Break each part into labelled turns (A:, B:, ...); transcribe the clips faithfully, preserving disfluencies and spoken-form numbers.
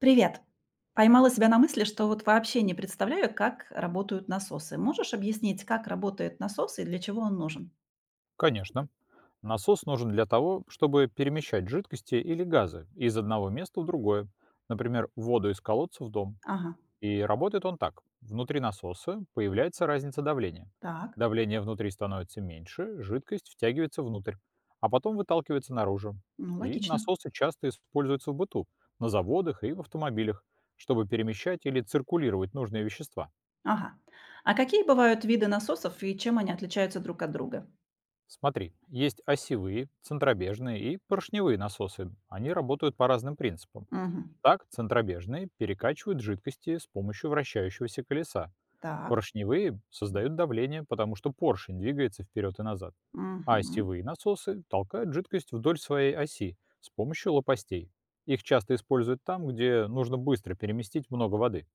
A: Привет. Поймала себя на мысли, что вот вообще не представляю, как работают насосы. Можешь объяснить, как работает насос и для чего он нужен?
B: Конечно. Насос нужен для того, чтобы перемещать жидкости или газы из одного места в другое, например, воду из колодца в дом.
A: Ага,
B: И работает он так. Внутри насоса появляется разница давления.
A: так,
B: Давление внутри становится меньше, жидкость втягивается внутрь, а потом выталкивается наружу.
A: ну
B: И
A: логично.
B: насосы часто используются в быту, на заводах и в автомобилях, чтобы перемещать или циркулировать нужные вещества.
A: Ага. А какие бывают виды насосов и чем они отличаются друг от друга?
B: Смотри, есть осевые, центробежные и поршневые насосы. Они работают по разным принципам.
A: Мгм.
B: Так, центробежные перекачивают жидкости с помощью вращающегося колеса.
A: Так.
B: Поршневые создают давление, потому что поршень двигается вперед и назад. А
A: Мгм.
B: осевые насосы толкают жидкость вдоль своей оси с помощью лопастей. Их часто используют там, где нужно быстро переместить много воды.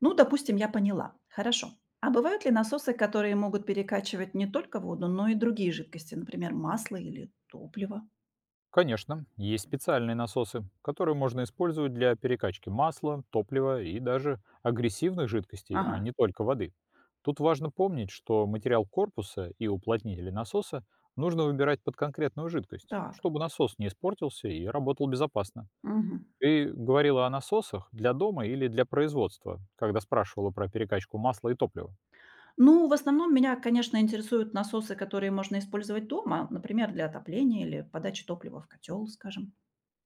A: Ну, допустим, я поняла. Хорошо. А бывают ли насосы, которые могут перекачивать не только воду, но и другие жидкости, например, масло или топливо?
B: Конечно, есть специальные насосы, которые можно использовать для перекачки масла, топлива и даже агрессивных жидкостей, а
A: Ага,
B: не только воды. Тут важно помнить, что материал корпуса и уплотнители насоса нужно выбирать под конкретную жидкость,
A: так.
B: чтобы насос не испортился и работал безопасно.
A: Мгм.
B: Ты говорила о насосах для дома или для производства, когда спрашивала про перекачку масла и топлива.
A: Ну, в основном меня, конечно, интересуют насосы, которые можно использовать дома, например, для отопления или подачи топлива в котел, скажем.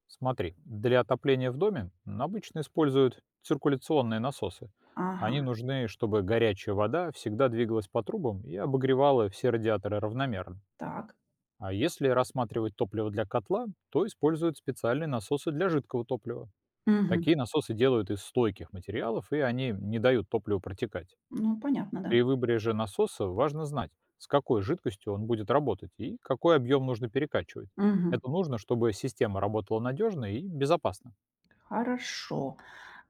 B: Смотри, для отопления в доме обычно используют циркуляционные насосы.
A: Ага,
B: Они нужны, чтобы горячая вода всегда двигалась по трубам и обогревала все радиаторы равномерно.
A: так.
B: А если рассматривать топливо для котла, то используют специальные насосы для жидкого топлива.
A: Мгм.
B: Такие насосы делают из стойких материалов, и они не дают топливу протекать.
A: Ну, понятно, да.
B: При выборе же насоса важно знать, с какой жидкостью он будет работать и какой объем нужно перекачивать.
A: Мгм.
B: Это нужно, чтобы система работала надежно и безопасно.
A: Хорошо.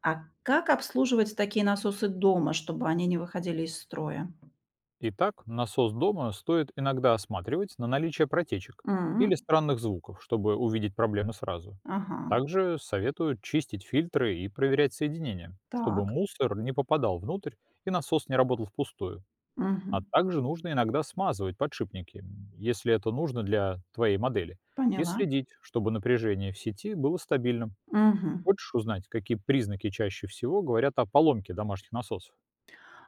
A: А как обслуживать такие насосы дома, чтобы они не выходили из строя?
B: Итак, насос дома стоит иногда осматривать на наличие протечек или
A: М,
B: странных звуков, чтобы увидеть проблемы сразу.
A: ага,
B: Также советую чистить фильтры и проверять соединения, чтобы
A: так.
B: мусор не попадал внутрь и насос не работал впустую. А
A: Мгм.
B: также нужно иногда смазывать подшипники, м, если это нужно для твоей модели, и
A: Поняла.
B: следить, чтобы напряжение в сети было стабильным.
A: Мгм.
B: Хочешь узнать, какие признаки чаще всего говорят о поломке домашних насосов?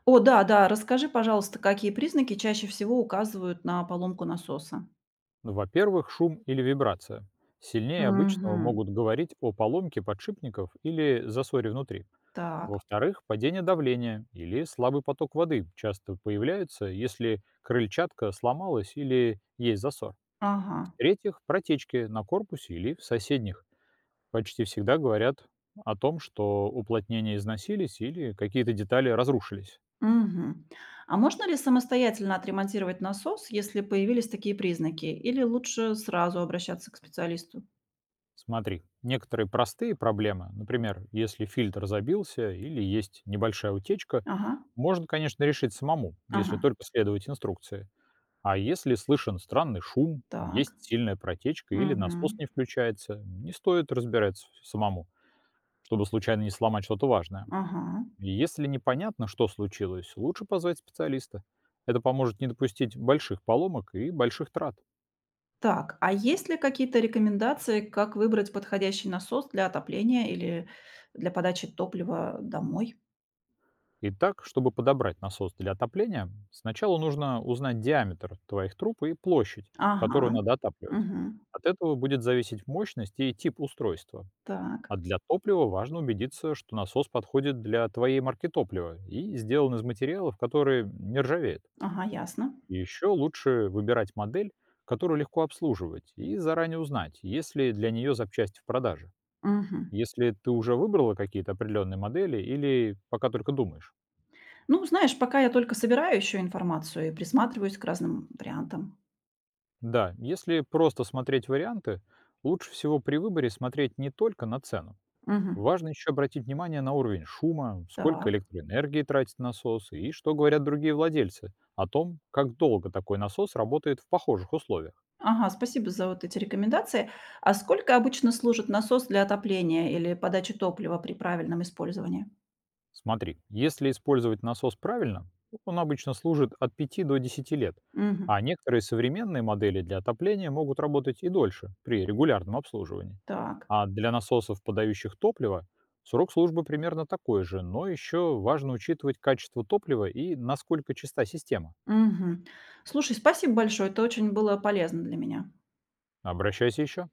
A: О, да, да, расскажи, пожалуйста, какие признаки чаще всего указывают на поломку насоса?
B: Ну, во-первых, шум или вибрация. Сильнее обычного
A: Мгм.
B: могут говорить о поломке подшипников или засоре внутри.
A: Так.
B: Во-вторых, падение давления или слабый поток воды часто появляются, если крыльчатка сломалась или есть засор.
A: Ага.
B: В-третьих, протечки на корпусе или в соседних. Почти всегда говорят о том, что уплотнения износились или какие-то детали разрушились.
A: Мгм. А можно ли самостоятельно отремонтировать насос, если появились такие признаки? Или лучше сразу обращаться к специалисту?
B: Смотри, некоторые простые проблемы, например, если фильтр забился или есть небольшая утечка,
A: Ага,
B: можно, конечно, решить самому, если
A: ага,
B: только следовать инструкции. А если слышен странный шум, есть
A: так.
B: сильная протечка или насос
A: Мгм.
B: не включается, не стоит разбираться самому, чтобы случайно не сломать что-то важное.
A: Ага.
B: И если непонятно, что случилось, лучше позвать специалиста. Это поможет не допустить больших поломок и больших трат.
A: Так, а есть ли какие-то рекомендации, как выбрать подходящий насос для отопления или для подачи топлива домой?
B: Итак, чтобы подобрать насос для отопления, сначала нужно узнать диаметр твоих труб и площадь,
A: Ага.
B: которую надо отапливать.
A: Мгм.
B: От этого будет зависеть мощность и тип устройства.
A: Так.
B: А для топлива важно убедиться, что насос подходит для твоей марки топлива и сделан из материалов, которые не ржавеют.
A: Ага, ясно.
B: И еще лучше выбирать модель, которую легко обслуживать, и заранее узнать, есть ли для нее запчасти в продаже.
A: Мгм.
B: Если ты уже выбрала какие-то определенные модели или пока только думаешь.
A: Ну, знаешь, пока я только собираю еще информацию и присматриваюсь к разным вариантам.
B: Да, если просто смотреть варианты, лучше всего при выборе смотреть не только на цену.
A: Мгм.
B: Важно еще обратить внимание на уровень шума, сколько
A: Так.
B: электроэнергии тратит насос и что говорят другие владельцы о том, как долго такой насос работает в похожих условиях.
A: Ага, спасибо за вот эти рекомендации. А сколько обычно служит насос для отопления или подачи топлива при правильном использовании?
B: Смотри, если использовать насос правильно, вот он обычно служит от пяти до десяти лет,
A: Мгм.
B: а некоторые современные модели для отопления могут работать и дольше при регулярном обслуживании.
A: Так.
B: А для насосов, подающих топливо, срок службы примерно такой же, но еще важно учитывать качество топлива и насколько чиста система.
A: Мгм. Слушай, спасибо большое. Это очень было полезно для меня.
B: Обращайся еще.